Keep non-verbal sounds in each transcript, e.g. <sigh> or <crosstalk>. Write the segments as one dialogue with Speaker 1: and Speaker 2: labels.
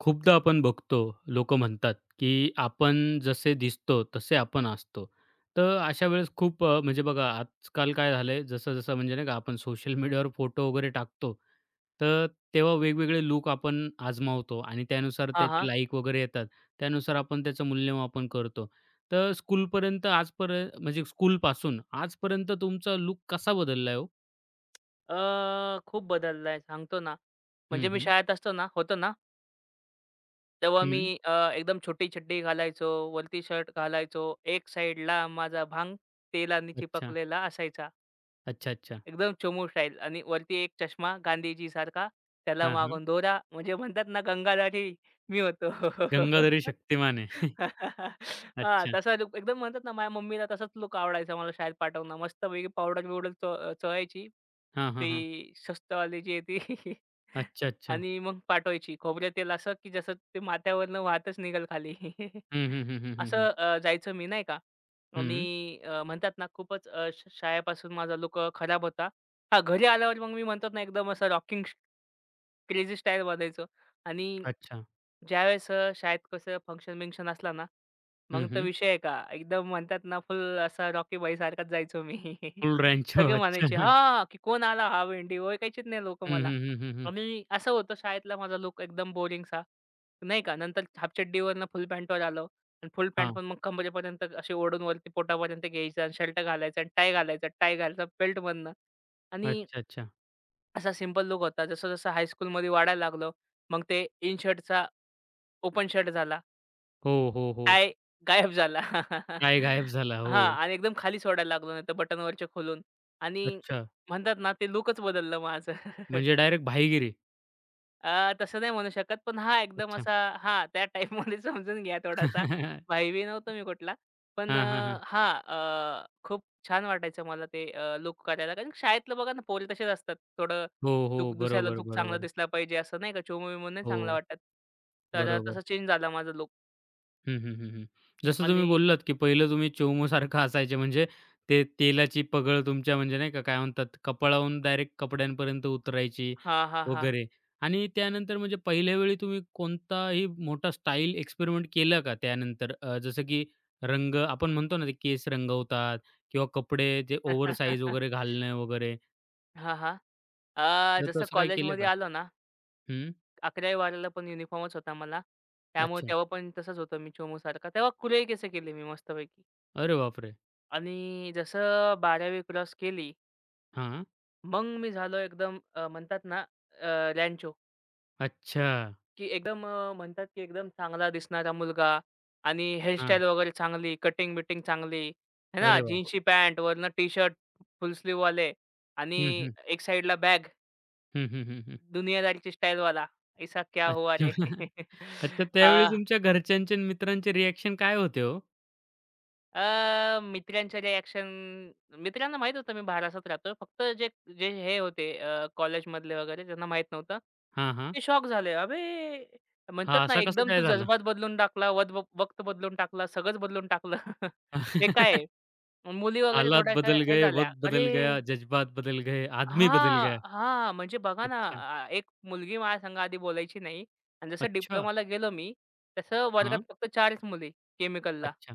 Speaker 1: खूपदा आपण बघतो, लोकं म्हणतात, की आपण जसे दिसतो तसे आपण असतो. तर अशा वेळेस खूप म्हणजे बघा आजकाल काय झालंय जसं-जसं म्हणजे नाही का आपण सोशल मीडियावर फोटो वगैरे टाकतो, तर तेव्हा वेगवेगळे लूक आपण आजमावतो आणि त्यानुसार
Speaker 2: हां,
Speaker 1: त्याचे
Speaker 2: हां.
Speaker 1: लाईक वगैरे येतात. त्यानुसार आपण त्याचं मूल्यमापन करतो. तर स्कूलपर्यंत आजपर्यंत म्हणजे स्कूलपासून आजपर्यंत तुमचा लूक कसा बदलला हो?
Speaker 2: खूप बदलला आहे सांगतो ना. म्हणजे
Speaker 1: हं,
Speaker 2: मी
Speaker 1: हं.
Speaker 2: शाळेत असतो ना होतो ना, तेव्हा मी
Speaker 1: हं.
Speaker 2: एकदम छोटी चड्डी घालायचो, वरती शर्ट घालायचो. एक साइडला माझा भांग तेलाने
Speaker 1: अच्छा.
Speaker 2: चिपकलेला असायचा.
Speaker 1: अच्छा, अच्छा.
Speaker 2: एकदम चमू स्टाईल आणि वरती एक चष्मा गांधीजीसारखा, त्याला
Speaker 1: हां, हां.
Speaker 2: मागून दोरा म्हणजे म्हणतात ना गंगाधारी मी होतो.
Speaker 1: गंगाधरी शक्तिमान
Speaker 2: <laughs>
Speaker 1: आहे. <laughs>
Speaker 2: हां,
Speaker 1: अच्छा.
Speaker 2: तसा लूक एकदम म्हणतात ना, माझ्या मम्मीला तसाच लूक आवडायचा मला शाळेत पाठवणं. मस्तपैकी पावडर-बिवडर च चोळायची.
Speaker 1: हां, हां, हां.
Speaker 2: ती स्वस्तवाली जी आहे ती <laughs>
Speaker 1: अच्छा, अच्छा.
Speaker 2: आणि मग पाठवायची. खोबरं तेल असं, की जसं ते माथ्यावरनं वाहतच निघेल खाली. <laughs>
Speaker 1: हं, हं, हं, हं, हं,
Speaker 2: असं
Speaker 1: हं.
Speaker 2: जायचो मी नाही का. मी
Speaker 1: हं.
Speaker 2: म्हणतात ना खूपच अ, श शाळेपासून माझा लूक खराब होता. हां, घरी आल्यावर मग मी म्हणतात ना एकदम असं रॉकिंग क्रेझी स्टाईल बनायचो आणि
Speaker 1: अच्छा.
Speaker 2: ज्यावेळेस शाळेत कसं फंक्शन-बिंक्शन असला ना,
Speaker 1: हं,
Speaker 2: मग तर
Speaker 1: हं.
Speaker 2: विषय आहे का, एकदम म्हणतात ना फुल असा रॉकी भाईसारखाच जायचो मी.
Speaker 1: फुल
Speaker 2: <laughs>
Speaker 1: रँचो. <laughs>
Speaker 2: सगळे म्हणायचे,
Speaker 1: अच्छा.
Speaker 2: "हां, की कोण आला हा भेंडी?" ओळखायचीच नाही लोकं
Speaker 1: हं,
Speaker 2: मला.
Speaker 1: हं, हं, हं, हं.
Speaker 2: आणि असं होतं शाळेतला माझा लूक एकदम बोरिंगसा, नाही का. नंतर हाफचड्डीवरनं फुल पॅन्टवर आलो आणि फुल पॅन्ट
Speaker 1: हां.
Speaker 2: पण मग कंबरेपर्यंत अशी ओढून वरती पोटापर्यंत घ्यायचा आणि शर्ट घालायचा आणि टाय घालायचा, टाय घालायचा बेल्टमधनं आणि
Speaker 1: अच्छा, अच्छा.
Speaker 2: असा सिंपल लूक होता. जसं-जसं हायस्कूलमध्ये वाढायला लागलो, मग ते इन शर्टचा ओपन शर्ट झाला.
Speaker 1: हो, हो, हो.
Speaker 2: काय गायब झाला.
Speaker 1: काय गायब
Speaker 2: <laughs>
Speaker 1: झाला.
Speaker 2: हां
Speaker 1: हो.
Speaker 2: आणि एकदम खाली सोडायला लागलो नाही तर बटनवरचे खोलून आणि
Speaker 1: अच्छा.
Speaker 2: म्हणतात ना ते लूकच बदललं माझं. <laughs>
Speaker 1: म्हणजे डायरेक्ट भाईगिरी.
Speaker 2: तसं नाही म्हणू शकत, पण हां, एकदम
Speaker 1: अच्छा.
Speaker 2: असा हां, त्या टाईपमध्ये <laughs> समजून घ्या थोडासा.
Speaker 1: <laughs>
Speaker 2: भाई-बी नव्हतो मी कुठला. पण
Speaker 1: हां, हां, हां.
Speaker 2: हां, खूप छान वाटायचं मला ते करायला. कारण शाळेतलं बघा ना पोरे तसेच असतात. थोडं
Speaker 1: हो, हो.
Speaker 2: दुसऱ्याला
Speaker 1: बरोबर,
Speaker 2: लूक चांगला
Speaker 1: बरोबर.
Speaker 2: दिसला पाहिजे असं नाही का चोमू-बिमू नाही चांगला
Speaker 1: हो.
Speaker 2: वाटत. तर
Speaker 1: बरोबर.
Speaker 2: तसा चेंज झाला माझा लूक
Speaker 1: हं, हं, हं, हं. जसं तुम्ही
Speaker 2: आणि
Speaker 1: बोललात, की पहिलं तुम्ही चोमूसारखं असायचे म्हणजे ते तेलाची पगळ तुमच्या म्हणजे नाही का, काय म्हणतात कपाळाहून डायरेक्ट कपड्यांपर्यंत उतरायची
Speaker 2: हां, हां, हां.
Speaker 1: वगैरे आणि त्यानंतर म्हणजे पहिल्या वेळी तुम्ही कोणताही मोठा स्टाईल एक्सपेरिमेंट केला का त्यानंतर? जसं की रंग आपण म्हणतो ना, ते केस रंगवतात किंवा कपडे जे ओव्हरसाइज वगैरे
Speaker 2: <laughs>
Speaker 1: घालणे वगैरे,
Speaker 2: हां, हां.
Speaker 1: तर
Speaker 2: जसं
Speaker 1: तसं काही केलं
Speaker 2: कॉलेजमध्ये
Speaker 1: का?
Speaker 2: आलो ना,
Speaker 1: हं.
Speaker 2: 11वी-12वीला पण युनिफॉर्मच होता मला. त्यामुळे
Speaker 1: अच्छा.
Speaker 2: तेव्हा पण तसंच होतं मी चोमूसारखा. तेव्हा कुरळे केस केले मी मस्तपैकी.
Speaker 1: अरे बापरे!
Speaker 2: आणि जसं 12वी क्रॉस केली,
Speaker 1: हां.
Speaker 2: मग मी झालो एकदम म्हणतात ना अ, रँचो,
Speaker 1: अच्छा.
Speaker 2: की एकदम म्हणतात की एकदम चांगला दिसणारा मुलगा आणि
Speaker 1: हां.
Speaker 2: हेअरस्टाईल वगैरे चांगली, कटिंग-बिटिंग चांगली, है ना.
Speaker 1: अरे वाह!
Speaker 2: जीन्सची पॅन्ट, वरनं टी-शर्ट फुल स्लीव्हवाले
Speaker 1: हं,
Speaker 2: आणि
Speaker 1: हं.
Speaker 2: एक साइडला बॅग.
Speaker 1: हं, हं, हं, हं.
Speaker 2: दुनियादारीची स्टाईल वाला, ऐसा क्या हुआ
Speaker 1: अच्छा.
Speaker 2: रे?
Speaker 1: <laughs> अच्छा,
Speaker 2: <laughs>
Speaker 1: त्यावेळी
Speaker 2: अ,
Speaker 1: तुमच्या घरच्यांचे आणि मित्रांचे रिएक्शन काय होते हो?
Speaker 2: अ, मित्रांच्या रिएक्शन मित्रांना माहीत होतं मी बारासात राहतो. फक्त जे जे हे होते कॉलेजमधले वगैरे त्यांना माहीत नव्हतं.
Speaker 1: हां, हां.
Speaker 2: ते शॉक झाले. "अबे!" म्हणतात
Speaker 1: हां,
Speaker 2: ना,
Speaker 1: असं कसं
Speaker 2: एकदम तू
Speaker 1: काय झालं?
Speaker 2: जज्बात बदलून टाकला, वद वक्त बदलून टाकला, सगळंच बदलून टाकलं. <laughs> हे काय आहे?
Speaker 1: <laughs>
Speaker 2: मुली वगैरे
Speaker 1: हालात
Speaker 2: थोड्याशा
Speaker 1: बदल
Speaker 2: हे
Speaker 1: गए,
Speaker 2: झाल्या.
Speaker 1: वक्त बदल
Speaker 2: "अरे!"
Speaker 1: गया, जज्बात बदल गए, आदमी बदल गया.
Speaker 2: हां, हां. म्हणजे बघा ना,
Speaker 1: अच्छा.
Speaker 2: एक मुलगी माझ्या संग आधी बोलायची नाही आणि जसं
Speaker 1: अच्छा.
Speaker 2: डिप्लोमाला गेलो मी, तसं वर्गात
Speaker 1: हां.
Speaker 2: फक्त 4च मुली केमिकलला.
Speaker 1: अच्छा.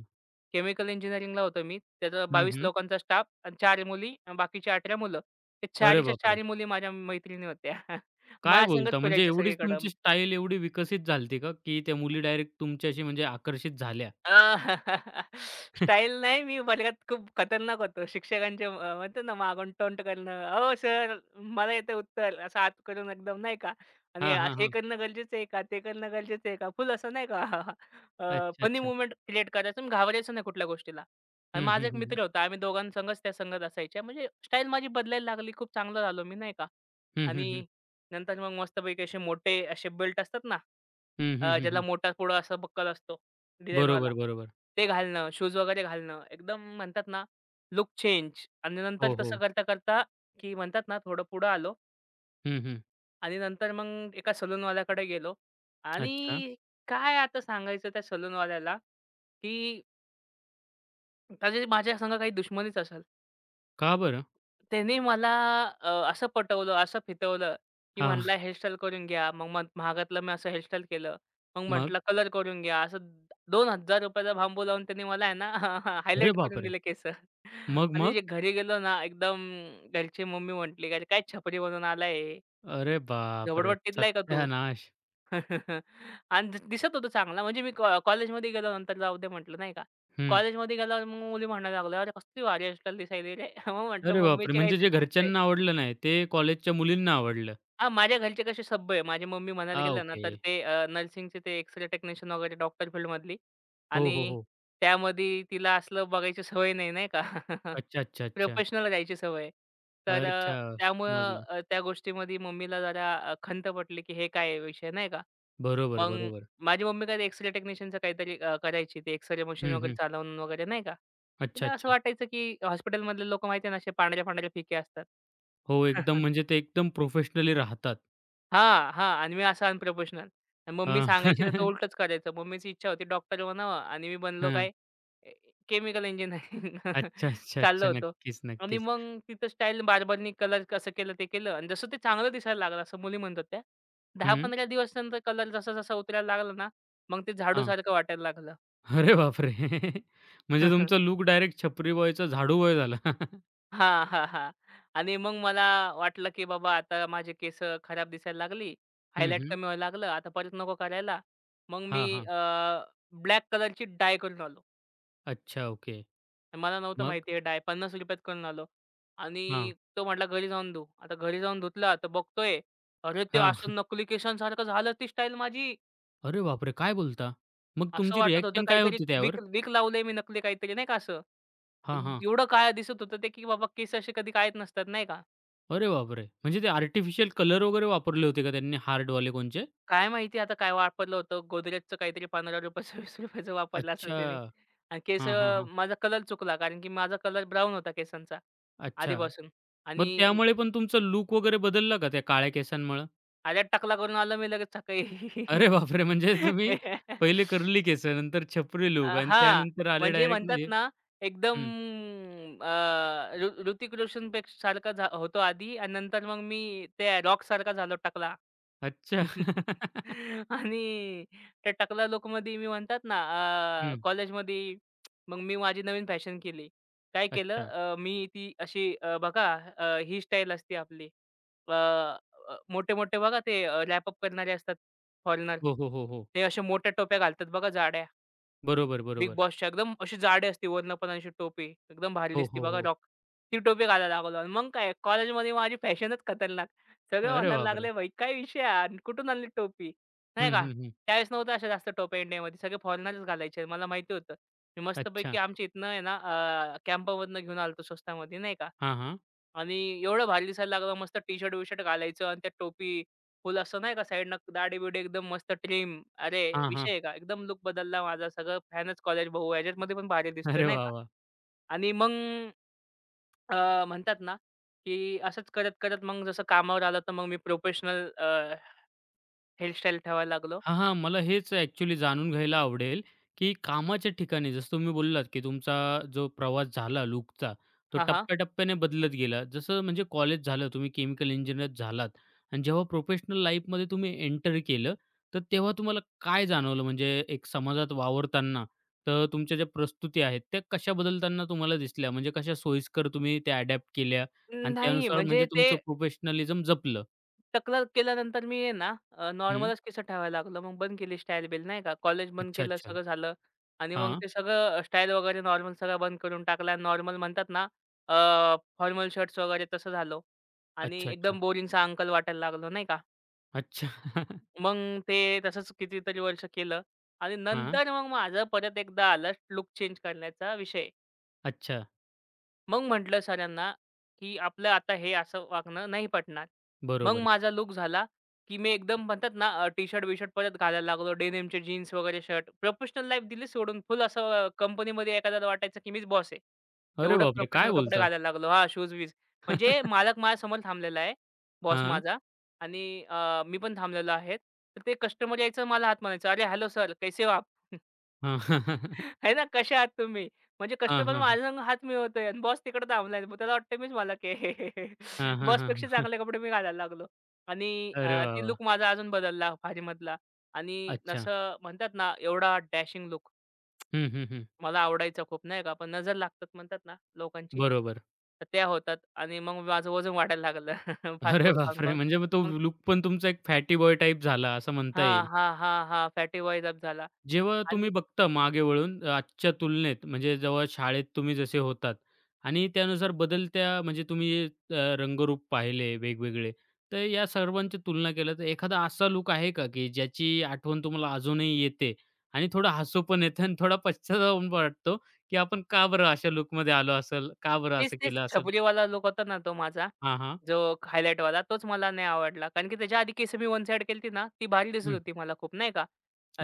Speaker 2: केमिकल इंजिनिअरिंगला होतो मी. त्याचा
Speaker 1: हं,
Speaker 2: 22
Speaker 1: हं.
Speaker 2: लोकांचा स्टाफ आणि 4 मुली आणि बाकीची 18 मुलं. ते
Speaker 1: अरे
Speaker 2: 4च्या
Speaker 1: बापरे!
Speaker 2: 4 मुली माझ्या मैत्रिणी होत्या. <laughs>
Speaker 1: काय
Speaker 2: माझ्या संगच
Speaker 1: बोलता? म्हणजे
Speaker 2: फिरायच्या
Speaker 1: एवढीच
Speaker 2: सगळीकडं.
Speaker 1: तुमची स्टाईल एवढी विकसित झाली का, की त्या मुली डायरेक्ट तुमच्याशी म्हणजे आकर्षित झाल्या?
Speaker 2: अ, <laughs> स्टाईल
Speaker 1: <laughs>
Speaker 2: नाही मी वर्गात खूप खतरनाक होतो. शिक्षकांच्या म्हणतो ना मागून टोंट करणं, "अहो सर मला येतं उत्तर" असं आत करून एकदम नाही का आणि
Speaker 1: हां, हां,
Speaker 2: हे
Speaker 1: हां.
Speaker 2: करणं गरजेचं आहे का? ते करणं गरजेचं आहे का? फुल असं नाही का <laughs>
Speaker 1: अच्छा,
Speaker 2: फनी
Speaker 1: अच्छा.
Speaker 2: मूव्हमेंट क्रिएट करायचं आणि घाबरायचं नाही कुठल्या गोष्टीला. आणि
Speaker 1: हं,
Speaker 2: माझा
Speaker 1: हं,
Speaker 2: एक
Speaker 1: हं, हं.
Speaker 2: मित्र होता. आम्ही दोघांसंगच त्या संगत असायच्या. म्हणजे स्टाईल माझी बदलायला लागली. खूप चांगलं झालो मी नाही का
Speaker 1: हं, हं,
Speaker 2: आणि
Speaker 1: हं.
Speaker 2: नंतर मग मस्तपैकी असे मोठे असे बेल्ट असतात ना
Speaker 1: हं, हं,
Speaker 2: ज्याला
Speaker 1: हं,
Speaker 2: मोठा पुढं असा बक्कल असतो डिझाइनवाला.
Speaker 1: बरोबर, बरोबर.
Speaker 2: ते घालणं, शूज वगैरे घालणं. एकदम म्हणतात ना लुक चेंज आणि नंतर
Speaker 1: हो,
Speaker 2: तसं
Speaker 1: हो.
Speaker 2: करता-करता की म्हणतात ना थोडं पुढं आलो
Speaker 1: हं, हं.
Speaker 2: आणि नंतर मग एका सलूनवाल्याकडे गेलो
Speaker 1: अच्छा.
Speaker 2: आणि काय आता सांगायचं त्या सलूनवाल्याला, की त्याची माझ्या संग काही दुश्मनीच असेल.
Speaker 1: का बरं?
Speaker 2: त्याने मला असं पटवलं, असं फितवलं, की
Speaker 1: हां.
Speaker 2: म्हटला हेअरस्टाईल करून घ्या. मग मग महागातलं मी असं हेअरस्टाईल केलं. मग
Speaker 1: मग?
Speaker 2: म्हटलं कलर करून घ्या. असं ₹2000 चा बांबू लावून त्यांनी मला आहे ना <laughs>
Speaker 1: अरे
Speaker 2: हायलाइट करून
Speaker 1: बापरे!
Speaker 2: दिले केस. <laughs>
Speaker 1: मग,
Speaker 2: आणि
Speaker 1: मग?
Speaker 2: जे घरी गेलो ना एकदम घरची मम्मी म्हटली, "अरे काय छपरी बनून आला
Speaker 1: अरे बापरे!
Speaker 2: झोपडपट्टीतला आहे का तू?"
Speaker 1: सत्यानाश!
Speaker 2: <laughs> आणि दिसत होतं चांगला. म्हणजे मी कॉलेजमध्ये गेलो नंतर जाऊ दे म्हटलं नाही का.
Speaker 1: हं.
Speaker 2: कॉलेजमध्ये गेल्यावर मग मुली म्हणायला लागल्या, "अरे कसली भारी हेअरस्टाईल दिसायली रे." <laughs> मग म्हटलं
Speaker 1: अरे बापरे!
Speaker 2: मम्मीची
Speaker 1: म्हणजे
Speaker 2: काहीतरी
Speaker 1: जे
Speaker 2: चूक
Speaker 1: घरच्यांना आवडलं नाही, ते कॉलेजच्या मुलींना आवडलं.
Speaker 2: हां, माझ्या घरचे कसे सभ्य आहे. माझी मम्मी म्हणायला
Speaker 1: हां,
Speaker 2: गेलं ना,
Speaker 1: ओके.
Speaker 2: तर ते नर्सिंगचे ते एक्स-रे टेक्निशियन वगैरे डॉक्टर फील्डमधली
Speaker 1: हो, हो,
Speaker 2: आणि
Speaker 1: हो.
Speaker 2: त्यामध्ये तिला असलं बघायची सवय नाही, नाही का? <laughs>
Speaker 1: अच्छा, अच्छा, अच्छा.
Speaker 2: प्रोफेशनल राहायची सवय तर
Speaker 1: अच्छा,
Speaker 2: त्यामुळं
Speaker 1: समजलं.
Speaker 2: त्या गोष्टीमध्ये मम्मीला जरा खंत पटली, की हे काय विषय नाही का?
Speaker 1: बरोबर,
Speaker 2: मग
Speaker 1: बरोबर.
Speaker 2: माझी मम्मी काय एक्स टेक्निशियनचं काहीतरी करायची. ते एक्स मशीन
Speaker 1: हं,
Speaker 2: वगैरे
Speaker 1: हं.
Speaker 2: चालवून वगैरे नाही का?
Speaker 1: अच्छा,
Speaker 2: तिला असं
Speaker 1: अच्छा.
Speaker 2: वाटायचं, की हॉस्पिटलमधले लोकं माहिती आहे ना, असे पांढऱ्या-पांढऱ्या फिके असतात.
Speaker 1: हो, एकदम
Speaker 2: <laughs>
Speaker 1: म्हणजे ते एकदम प्रोफेशनली राहतात.
Speaker 2: हां, हां. आणि मी असा अनप्रोफेशनल. आणि
Speaker 1: अ,
Speaker 2: मम्मी सांगायची त्याचं
Speaker 1: <laughs>
Speaker 2: उलटंच करायचं. मम्मीची इच्छा होती डॉक्टर बनावं आणि मी बनलो
Speaker 1: हां.
Speaker 2: काय केमिकल इंजिनिअरिंग <laughs>
Speaker 1: अच्छा, अच्छा,
Speaker 2: चाललो
Speaker 1: अच्छा.
Speaker 2: होतो.
Speaker 1: नक्कीच,
Speaker 2: आणि
Speaker 1: नक्कीच.
Speaker 2: मग तिथं स्टाईल बार्बरनी कलर कसं केलं ते केलं आणि जसं ते चांगलं दिसायला लागलं असं मुली म्हणत होत्या.
Speaker 1: हं.
Speaker 2: 10-15 दिवस नंतर कलर जसा-जसा उतरायला लागला ना, मग ते
Speaker 1: हां.
Speaker 2: झाडूसारखं वाटायला लागलं.
Speaker 1: अरे बापरे! <laughs> म्हणजे तुमचा
Speaker 2: <laughs>
Speaker 1: लूक डायरेक्ट छपरी बॉयचा झाडू बॉय झाला. <laughs>
Speaker 2: हां, हां, हां. आणि मग मला वाटलं, की बाबा आता माझे केस खराब दिसायला लागली,
Speaker 1: हं,
Speaker 2: हायलाइट
Speaker 1: हं.
Speaker 2: कमी व्हायला लागलं, आता परत नको करायला. मग मी
Speaker 1: हां, हां.
Speaker 2: ब्लॅक कलरची डाय करून आलो.
Speaker 1: अच्छा, ओके.
Speaker 2: मला नव्हतं
Speaker 1: मग?
Speaker 2: माहिती हे डाय ₹50त करून आलो.
Speaker 1: हां,
Speaker 2: आणि तो म्हटला, "घरी जाऊन धु." आता घरी जाऊन धुतला तर बघतोय, अरे ते
Speaker 1: हां.
Speaker 2: असं नकली केसांसारखं झालं ती स्टाईल माझी.
Speaker 1: अरे बापरे! काय बोलता? मग
Speaker 2: असं
Speaker 1: तुमची
Speaker 2: वाटत होतं
Speaker 1: रिएक्शन काय
Speaker 2: काहीतरी
Speaker 1: होती त्यावर?
Speaker 2: विग विग लावलंय मी नकली काहीतरी नाही का असं.
Speaker 1: हां, हां.
Speaker 2: एवढं काळं दिसत होतं ते, की बाबा केस असे कधी काळेच नसतात नाही का?
Speaker 1: अरे बापरे! म्हणजे ते आर्टिफिशियल कलर वगैरे वापरले होते का त्यांनी हार्डवाले कोणचे?
Speaker 2: काय माहिती आता काय वापरलं होतं. गोदरेजचं काहीतरी ₹15 ₹20 <laughs> वापरलं असेल त्याने
Speaker 1: अच्छा.
Speaker 2: आणि केस
Speaker 1: हां, हां, हां.
Speaker 2: माझा कलर चुकला कारण की माझा कलर ब्राउन होता केसांचा
Speaker 1: अच्छा.
Speaker 2: आधीपासून
Speaker 1: मग
Speaker 2: आणि
Speaker 1: त्यामुळे पण तुमचा लूक वगैरे बदलला का त्या काळ्या केसांमुळं?
Speaker 2: आल्यात टकला करून आलो मी लगेच सकाळी.
Speaker 1: अरे बापरे! म्हणजे तुम्ही पहिले
Speaker 2: <laughs>
Speaker 1: कर्ली केसं, नंतर छपरी लूक आणि
Speaker 2: हां,
Speaker 1: त्यानंतर आले
Speaker 2: म्हणजे
Speaker 1: डायरेक्ट
Speaker 2: म्हणतात
Speaker 1: म्हणजे
Speaker 2: ना एकदम
Speaker 1: हं.
Speaker 2: अ, ऋ ऋतिक रोशनपेक्षा सारखा होतो आधी आणि नंतर मग मी ते रॉकसारखा झालो टकला.
Speaker 1: अच्छा.
Speaker 2: <laughs> आणि त्या टकला लूकमध्ये मी म्हणतात ना
Speaker 1: हं.
Speaker 2: कॉलेजमध्ये मग मी माझी नवीन फॅशन केली. काय केलं
Speaker 1: अच्छा.
Speaker 2: मी ती अशी बघा ही स्टाईल असते आपली अ, अ, मोठे-मोठे बघा ते अप करणारे असतात फॉरेनर.
Speaker 1: हो, हो, हो, हो.
Speaker 2: ते अशा मोठ्या टोप्या घालतात बघा जाड्या.
Speaker 1: बरोबर,
Speaker 2: बिग
Speaker 1: बरोबर.
Speaker 2: बॉसच्या एकदम अशी जाडी असते वरनं पण अशी टोपी. एकदम भारी
Speaker 1: हो,
Speaker 2: दिसते
Speaker 1: हो,
Speaker 2: बघा
Speaker 1: हो.
Speaker 2: रॉक. ती टोपी घालायला लागलो आणि मग काय कॉलेजमध्ये माझी फॅशनच खतरनाक. सगळे
Speaker 1: अरे
Speaker 2: म्हणायला
Speaker 1: बापरे!
Speaker 2: लागले, "भाई काय विषय आहे हा? कुठून आणली टोपी?"
Speaker 1: हं,
Speaker 2: नाही का.
Speaker 1: हं, हं.
Speaker 2: त्यावेळेस नव्हत्या अशा जास्त टोप्या इंडियामध्ये. सगळे फॉरेनरच घालायचे. मला माहिती होतं. मी
Speaker 1: अच्छा.
Speaker 2: मस्तपैकी आमच्या इथनं आहे ना कॅम्पामधनं घेऊन आलो होतो स्वस्तामध्ये नाही का.
Speaker 1: हां, हां.
Speaker 2: आणि एवढं भारी दिसायला लागलं. मस्त टी-शर्ट बिशर्ट घालायचं आणि त्या टोपी, फुल असं नाही का साइडनं दाढी-बिडी एकदम मस्त ट्रिम. अरे
Speaker 1: हां,
Speaker 2: विषय
Speaker 1: हां.
Speaker 2: आहे का? एकदम लुक बदलला माझा. सगळं फॅनच कॉलेज भाऊ ह्याच्यामध्ये पण भारी दिसतोय
Speaker 1: अरे
Speaker 2: नाही
Speaker 1: वाह,
Speaker 2: का?
Speaker 1: वाह!
Speaker 2: आणि मग म्हणतात ना, की असंच करत-करत मग जसं कामावर आलं तर मग मी प्रोफेशनल हेअरस्टाईल ठेवायला लागलो.
Speaker 1: हां, हां. मला हेच ॲक्चुअली जाणून घ्यायला आवडेल, की कामाच्या ठिकाणी जसं तुम्ही बोललात, की तुमचा जो प्रवास झाला लूकचा, तो
Speaker 2: हां, हां.
Speaker 1: टप्प्याटप्प्याने बदलत गेला. जसं म्हणजे कॉलेज झालं, तुम्ही केमिकल इंजिनिअर झालात आणि जेव्हा प्रोफेशनल लाईफमध्ये तुम्ही एंटर केलं, तर तेव्हा तुम्हाला काय जाणवलं? म्हणजे एक समाजात वावरताना, तर तुमच्या ज्या प्रस्तुती आहेत, त्या कशा बदलताना तुम्हाला दिसल्या? म्हणजे कशा सोयीस्कर तुम्ही त्या अडॅप्ट केल्या आणि
Speaker 2: नाही
Speaker 1: त्यानुसार
Speaker 2: म्हणजे
Speaker 1: म्हणजे
Speaker 2: ते
Speaker 1: तुमचं प्रोफेशनलिझम जपलं?
Speaker 2: तक्रार केल्यानंतर मी आहे ना नॉर्मलच केस ठेवायला लागलो. मग बंद केली स्टाईल बिल नाही का. कॉलेज बंद
Speaker 1: अच्छा,
Speaker 2: केलं,
Speaker 1: अच्छा.
Speaker 2: सगळं झालं आणि मग
Speaker 1: हां.
Speaker 2: ते सगळं स्टाईल वगैरे नॉर्मल सगळं बंद करून टाकला. नॉर्मल म्हणतात ना अ, फॉर्मल शर्ट्स वगैरे तसं झालो आणि
Speaker 1: अच्छा, अच्छा.
Speaker 2: एकदम बोरिंगसा अंकल वाटायला लागलो नाही का.
Speaker 1: अच्छा. <laughs>
Speaker 2: मग ते तसंच कितीतरी वर्ष केलं आणि
Speaker 1: हां.
Speaker 2: नंतर मग माझं परत एकदा आलं लूक चेंज करण्याचा विषय.
Speaker 1: अच्छा.
Speaker 2: मग म्हटलं सरांना, की आपलं आता हे असं वागणं नाही पटणार. मग
Speaker 1: बरोबर.
Speaker 2: माझा लुक झाला, की मी एकदम म्हणतात ना टी-शर्ट बिशर्ट परत घालायला लागलो. डेनिमचे जीन्स वगैरे शर्ट. प्रोफेशनल लाईफ दिली सोडून. फुल असं कंपनीमध्ये एखाद्याला वाटायचं, की मीच बॉस आहे.
Speaker 1: अरे
Speaker 2: एवढं
Speaker 1: बापरे! काय
Speaker 2: प्रोफेशनल कपडे
Speaker 1: बोलता?
Speaker 2: घालायला लागलो. हां, शूज-बीज. म्हणजे
Speaker 1: <laughs>
Speaker 2: मालक माझ्यासमोर थांबलेला आहे, बॉस
Speaker 1: हां.
Speaker 2: माझा आणि मी पण थांबलेलो आहे. तर ते कस्टमर यायचं मला हात मारायचं. "अरे हॅलो सर, कैसे हो आप?"
Speaker 1: हां.
Speaker 2: आहे ना, कशा आहात तुम्ही? म्हणजे
Speaker 1: हां,
Speaker 2: कस्टमर
Speaker 1: हां.
Speaker 2: माझ्या संग हात मिळवतोय आणि बॉस तिकडे थांबलाय. मग त्याला वाटतं मीच मालक आहे. <laughs>
Speaker 1: हां, हां,
Speaker 2: बॉसपेक्षा
Speaker 1: हां.
Speaker 2: चांगले कपडे मी घालायला लागलो आणि
Speaker 1: अरे वाह,
Speaker 2: ती
Speaker 1: वाह!
Speaker 2: लूक माझा अजून बदलला भाजीमधला आणि
Speaker 1: अच्छा.
Speaker 2: असं म्हणतात ना, एवढा डॅशिंग लूक
Speaker 1: हं, हं, हं.
Speaker 2: मला आवडायचा खूप नाही का, पण नजर लागतात म्हणतात ना लोकांची,
Speaker 1: बरोबर.
Speaker 2: तर त्या होतात आणि मग माझं वजन वाढायला लागलं <laughs> फास्ट
Speaker 1: अरे
Speaker 2: फूड
Speaker 1: बापरे!
Speaker 2: खाऊन-खाऊन.
Speaker 1: म्हणजे मग तो
Speaker 2: मग
Speaker 1: लूक पण तुमचा एक फॅटी बॉय टाइप झाला असं म्हणता
Speaker 2: हां,
Speaker 1: येईल.
Speaker 2: हां, हां, हां, फॅटी बॉय अप झाला
Speaker 1: जेव्हा तुम्ही
Speaker 2: आणि
Speaker 1: बघता मागे वळून आजच्या तुलनेत म्हणजे जेव्हा शाळेत तुम्ही जसे होतात आणि त्यानुसार बदलत्या म्हणजे तुम्ही जे, रंगरूप पाहिले वेगवेगळे, तर या सर्वांची तुलना केलं तर एखादा असा लूक आहे का, की ज्याची आठवण तुम्हाला अजूनही येते आणि थोडं हसू पण येतं आणि थोडा पश्चाताप पण वाटतो, की आपण का बरं अशा लूकमध्ये आलो असेल? का बरं
Speaker 2: तेच,
Speaker 1: असं
Speaker 2: तेच
Speaker 1: केलं असेल?
Speaker 2: छपरीवाला लूक होता ना तो माझा,
Speaker 1: हां, हां.
Speaker 2: जो हायलाइटवाला तोच मला नाही आवडला. कारण की त्याच्या आधी केस मी वन साइड केलती ना, ती भारी दिसत
Speaker 1: हं.
Speaker 2: होती मला खूप नाही का.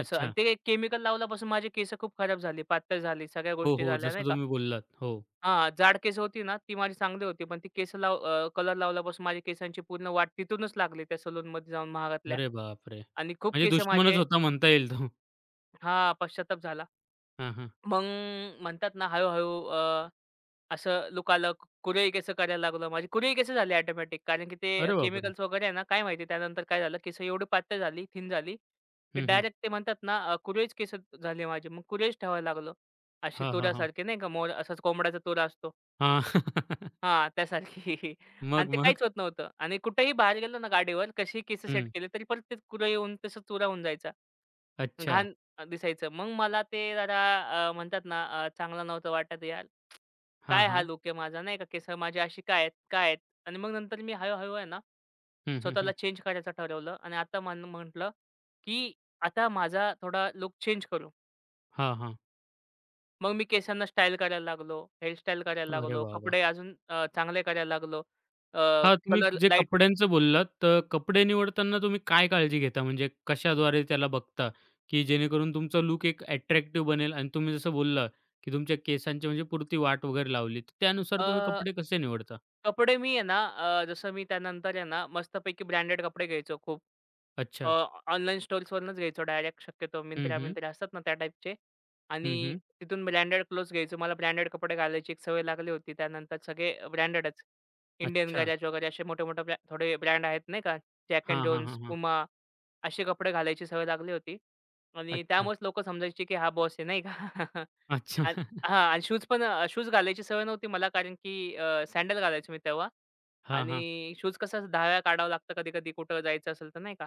Speaker 2: असं आणि ते केमिकल लावल्यापासून माझे केस खूप खराब झाले, पातळ झाली, सगळ्या
Speaker 1: हो,
Speaker 2: गोष्टी
Speaker 1: हो.
Speaker 2: झाल्या नाही
Speaker 1: जसं
Speaker 2: का.
Speaker 1: तुम्ही बोललात. हो.
Speaker 2: हां, जाड केस होती ना, ती माझी चांगली होती. पण ती केस लाव कलर लावल्यापासून माझ्या केसांची पूर्ण वाट तिथूनच लागली त्या सलूनमध्ये जाऊन महागातल्या.
Speaker 1: अरे बापरे!
Speaker 2: आणि खूप
Speaker 1: म्हणजे
Speaker 2: केस
Speaker 1: दुश्मनच
Speaker 2: माझे
Speaker 1: होता म्हणता येईल तो.
Speaker 2: हां, पश्चाताप झाला.
Speaker 1: हां, हां.
Speaker 2: मग म्हणतात ना हळू असं लूक आलं, केस करायला लागलो. माझी कुरळई केस झाली ऑटोमॅटिक कारण की ते
Speaker 1: अरे बापरे!
Speaker 2: केमिकल्स वगैरे आहे ना, काय माहिती त्यानंतर काय झालं, केस एवढी पातळ झाली, थिन झाली, की
Speaker 1: हं, हं.
Speaker 2: डायरेक्ट ते म्हणतात ना, कुरळईच केस झाले माझे. मग कुरळईच ठेवायला लागलो. अशी
Speaker 1: हां, हां, हां.
Speaker 2: तुऱ्यासारखी नाही का, मोर असाच कोंबड्याचा तुरा असतो.
Speaker 1: हां. <laughs>
Speaker 2: हां, त्यासारखी <laughs> आणि
Speaker 1: मग,
Speaker 2: ते
Speaker 1: मग?
Speaker 2: काहीच होत नव्हतं आणि कुठेही बाहेर गेलो ना गाडीवर, कसेही केस सेट
Speaker 1: हं.
Speaker 2: केले, तरी परत ते कुरळई होऊन तसंच तुरा होऊन जायचा.
Speaker 1: अच्छा.
Speaker 2: घाण दिसायचं. मग मला ते जरा म्हणतात ना चांगलं नव्हतं वाटत यार.
Speaker 1: हां,
Speaker 2: काय हा
Speaker 1: हां.
Speaker 2: लूक आहे माझा नाही का? केस माझे असे काय आहेत? काय आहेत? आणि मग नंतर मी हळू आहे ना,
Speaker 1: हं, हं,
Speaker 2: स्वतःला
Speaker 1: हं.
Speaker 2: चेंज करायचं ठरवलं आणि आता मन म्हटलं, की आता माझा थोडा लूक चेंज करू.
Speaker 1: हां, हां.
Speaker 2: मग मी केसांना स्टाईल करायला लागलो, हेअरस्टाईल करायला
Speaker 1: अरे
Speaker 2: लागलो,
Speaker 1: वाह, वाह!
Speaker 2: कपडे अजून चांगले करायला लागलो.
Speaker 1: हां, तुम्ही
Speaker 2: कलर
Speaker 1: जे
Speaker 2: लाईट
Speaker 1: कपड्यांचं बोललात, तर कपडे निवडताना तुम्ही काय काळजी घेता? म्हणजे कशाद्वारे त्याला बघता, की जेणेकरून तुमचा लूक एक अट्रॅक्टिव्ह बनेल आणि तुम्ही जसं बोलला, की तुमच्या केसांची म्हणजे पुरती वाट वगैरे लावली, तर त्यानुसार तुम्ही कपडे कसे निवडता?
Speaker 2: कपडे मी आहे ना जसं मी त्यानंतर आहे ना मस्तपैकी ब्रँडेड कपडे घ्यायचो खूप. अ,
Speaker 1: अच्छा.
Speaker 2: ऑनलाईन स्टोर्सवरूनच घ्यायचो डायरेक्ट शक्यतो.
Speaker 1: हं,
Speaker 2: Myntra,
Speaker 1: हं.
Speaker 2: Myntra असतात ना त्या टाईपचे आणि
Speaker 1: हं, हं.
Speaker 2: तिथून ब्रँडेड क्लोथ्स घ्यायचो. मला ब्रँडेड कपडे घालायची एक सवय लागली होती. त्यानंतर सगळे ब्रँडेडच. इंडियन
Speaker 1: अच्छा.
Speaker 2: गॅरेज वगैरे असे मोठे-मोठे थोडे ब्रँड आहेत नाही का. जॅक
Speaker 1: हां,
Speaker 2: अँड
Speaker 1: हां, हां,
Speaker 2: जोन्स,
Speaker 1: हां.
Speaker 2: Puma असे कपडे घालायची सवय लागली होती आणि
Speaker 1: अच्छा.
Speaker 2: त्यामुळेच लोकं समजायची, की हा बॉस आहे नाही का. <laughs>
Speaker 1: अच्छा.
Speaker 2: आणि
Speaker 1: <laughs>
Speaker 2: हां आणि शूज घालायची सवय नव्हती मला कारण की सँडल घालायचो मी तेव्हा.
Speaker 1: हां, हां.
Speaker 2: आणि शूज कसा 10 वेळा काढावं लागतं कधी-कधी कुठं जायचं असेल तर नाही का?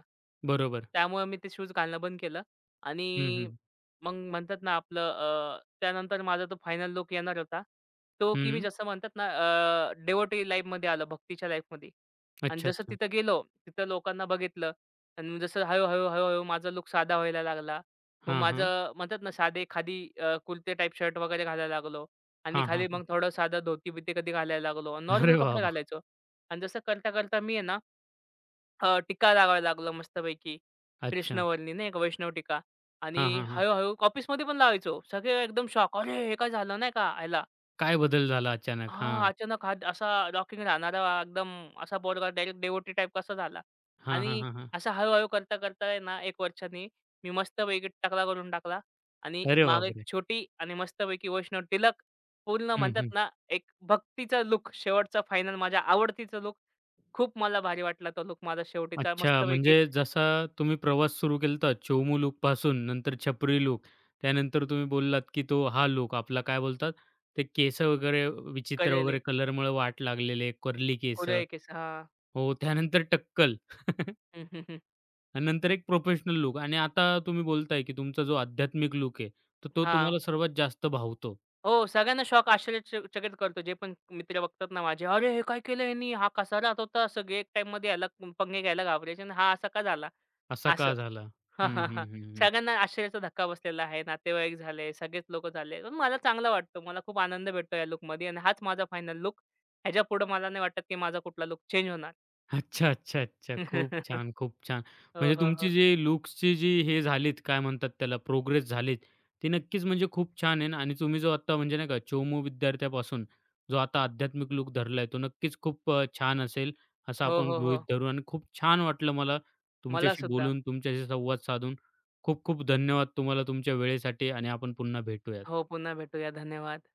Speaker 1: बरोबर.
Speaker 2: त्यामुळे मी ते शूज घालणं बंद केलं
Speaker 1: हं,
Speaker 2: आणि
Speaker 1: हं.
Speaker 2: मग म्हणतात ना आपलं त्यानंतर माझा तो फायनल लूक येणार होता. तो की मी
Speaker 1: हं.
Speaker 2: जसं म्हणतात ना डेवोटी लाईफमध्ये आलं, भक्तीच्या लाईफमध्ये आणि
Speaker 1: अच्छा,
Speaker 2: जसं
Speaker 1: अच्छा.
Speaker 2: तिथं गेलो, तिथं लोकांना बघितलं आणि मग जसं हळू-हळू, हळूहळू माझा लूक साधा व्हायला लागला. मग
Speaker 1: हां, हां.
Speaker 2: माझं म्हणतात ना साधे खादी कुर्ते टाइप शर्ट वगैरे घालायला लागलो आणि
Speaker 1: हां, हां,
Speaker 2: खाली
Speaker 1: हां.
Speaker 2: मग थोडं साधं धोती-बिती कधी घालायला लागलो. नॉर्मल
Speaker 1: अरे वाह,
Speaker 2: कपडे
Speaker 1: वाह!
Speaker 2: घालायचो. आणि जसं करता, करता मी आहे ना टीका लावायला लागलो मस्तपैकी.
Speaker 1: अच्छा.
Speaker 2: कृष्णवर्णी नाही का वैष्णव टीका आणि
Speaker 1: हां, हां, हां.
Speaker 2: हळू-हळू ऑफिसमध्ये पण लावायचो. सगळे एकदम शॉक. "अरे! हे काय झालं?" नाही का ह्याला.
Speaker 1: काय बदल झाला अचानक?
Speaker 2: हां,
Speaker 1: हां.
Speaker 2: अचानक हा असा रॉकिंग राहणारा एकदम असा पोरगा डायरेक्ट डेव्होटी टाइप कसा झाला?
Speaker 1: हां, हां,
Speaker 2: आणि
Speaker 1: हां, हां.
Speaker 2: असं हळू करता, करता आहे ना 1 वर्षांनी मी मस्तपैकी टकला करून टाकला आणि
Speaker 1: अरे
Speaker 2: मागे एक
Speaker 1: बापरे!
Speaker 2: छोटी आणि मस्तपैकी वैष्णव टिलक पूर्ण
Speaker 1: हं,
Speaker 2: म्हणतात
Speaker 1: हं.
Speaker 2: ना, एक भक्तीचा लूक शेवटचा फायनल माझ्या आवडतीचा लूक खूप मला भारी वाटला तो लुक माझा शेवटीचा
Speaker 1: अच्छा,
Speaker 2: मस्तपैकी
Speaker 1: म्हणजे जसा तुम्ही प्रवास सुरू केलता चोमू लूकपासून, नंतर छपरी लूक, त्यानंतर तुम्ही बोललात, की तो हा लूक आपला काय बोलतात, ते केस वगैरे विचित्र
Speaker 2: कलेले
Speaker 1: वगैरे कलरमुळे वाट लागलेले, कर्ली केस.
Speaker 2: कोरिया केस. हां.
Speaker 1: हो, त्यानंतर टक्कल <laughs>
Speaker 2: हं, हं, हं.
Speaker 1: आणि नंतर एक प्रोफेशनल लूक आणि आता तुम्ही बोलताय, की तुमचा जो आध्यात्मिक लूक आहे, तर तो
Speaker 2: हां.
Speaker 1: तुम्हाला सर्वात जास्त भावतो.
Speaker 2: हो, सगळ्यांना शॉक आश्चर्यचकित करतो. जे पण मित्र बघतात ना माझे, "अरे! हे काय केलं ह्यांनी? हा कसा राहत होता?" सगळे एक टाईममध्ये ह्याला पंगे घ्यायला घाबरायचे आणि हा असा का झाला?
Speaker 1: असा
Speaker 2: असं.
Speaker 1: का झाला?
Speaker 2: हां,
Speaker 1: हं,
Speaker 2: हां,
Speaker 1: हं,
Speaker 2: हां.
Speaker 1: हं, हं.
Speaker 2: सगळ्यांना आश्चर्याचा धक्का बसलेला आहे. नातेवाईक झाले, सगळेच लोकं झाले. पण मला चांगला वाटतो. मला खूप आनंद भेटतो या लूकमध्ये आणि हाच माझा फायनल लूक. ह्याच्यापुढे मला नाही वाटत, की माझा कुठला लूक चेंज होणार.
Speaker 1: अच्छा, अच्छा, अच्छा. खूप
Speaker 2: <laughs>
Speaker 1: छान, खूप छान.
Speaker 2: हो,
Speaker 1: म्हणजे
Speaker 2: हो, हो.
Speaker 1: तुमची जी लुक्सची जी हे झालीत, काय म्हणतात त्याला, प्रोग्रेस झालीत, ती नक्कीच म्हणजे खूप छान आहे ना. आणि तुम्ही जो आत्ता म्हणजे नाही का चोमू विद्यार्थ्यापासून जो आता आध्यात्मिक लूक धरलाय, तो नक्कीच खूप छान असेल, असं
Speaker 2: हो,
Speaker 1: आपण
Speaker 2: हो, हो.
Speaker 1: गृहीत धरू आणि खूप छान वाटलं मला
Speaker 2: मला
Speaker 1: तुमच्याशी
Speaker 2: सुद्धा.
Speaker 1: बोलून, तुमच्याशी संवाद साधून. खूप खूप धन्यवाद तुम्हाला तुमच्या वेळेसाठी आणि आपण पुन्हा
Speaker 2: हो,
Speaker 1: भेटूयात.
Speaker 2: पुन्हा भेटूया. धन्यवाद.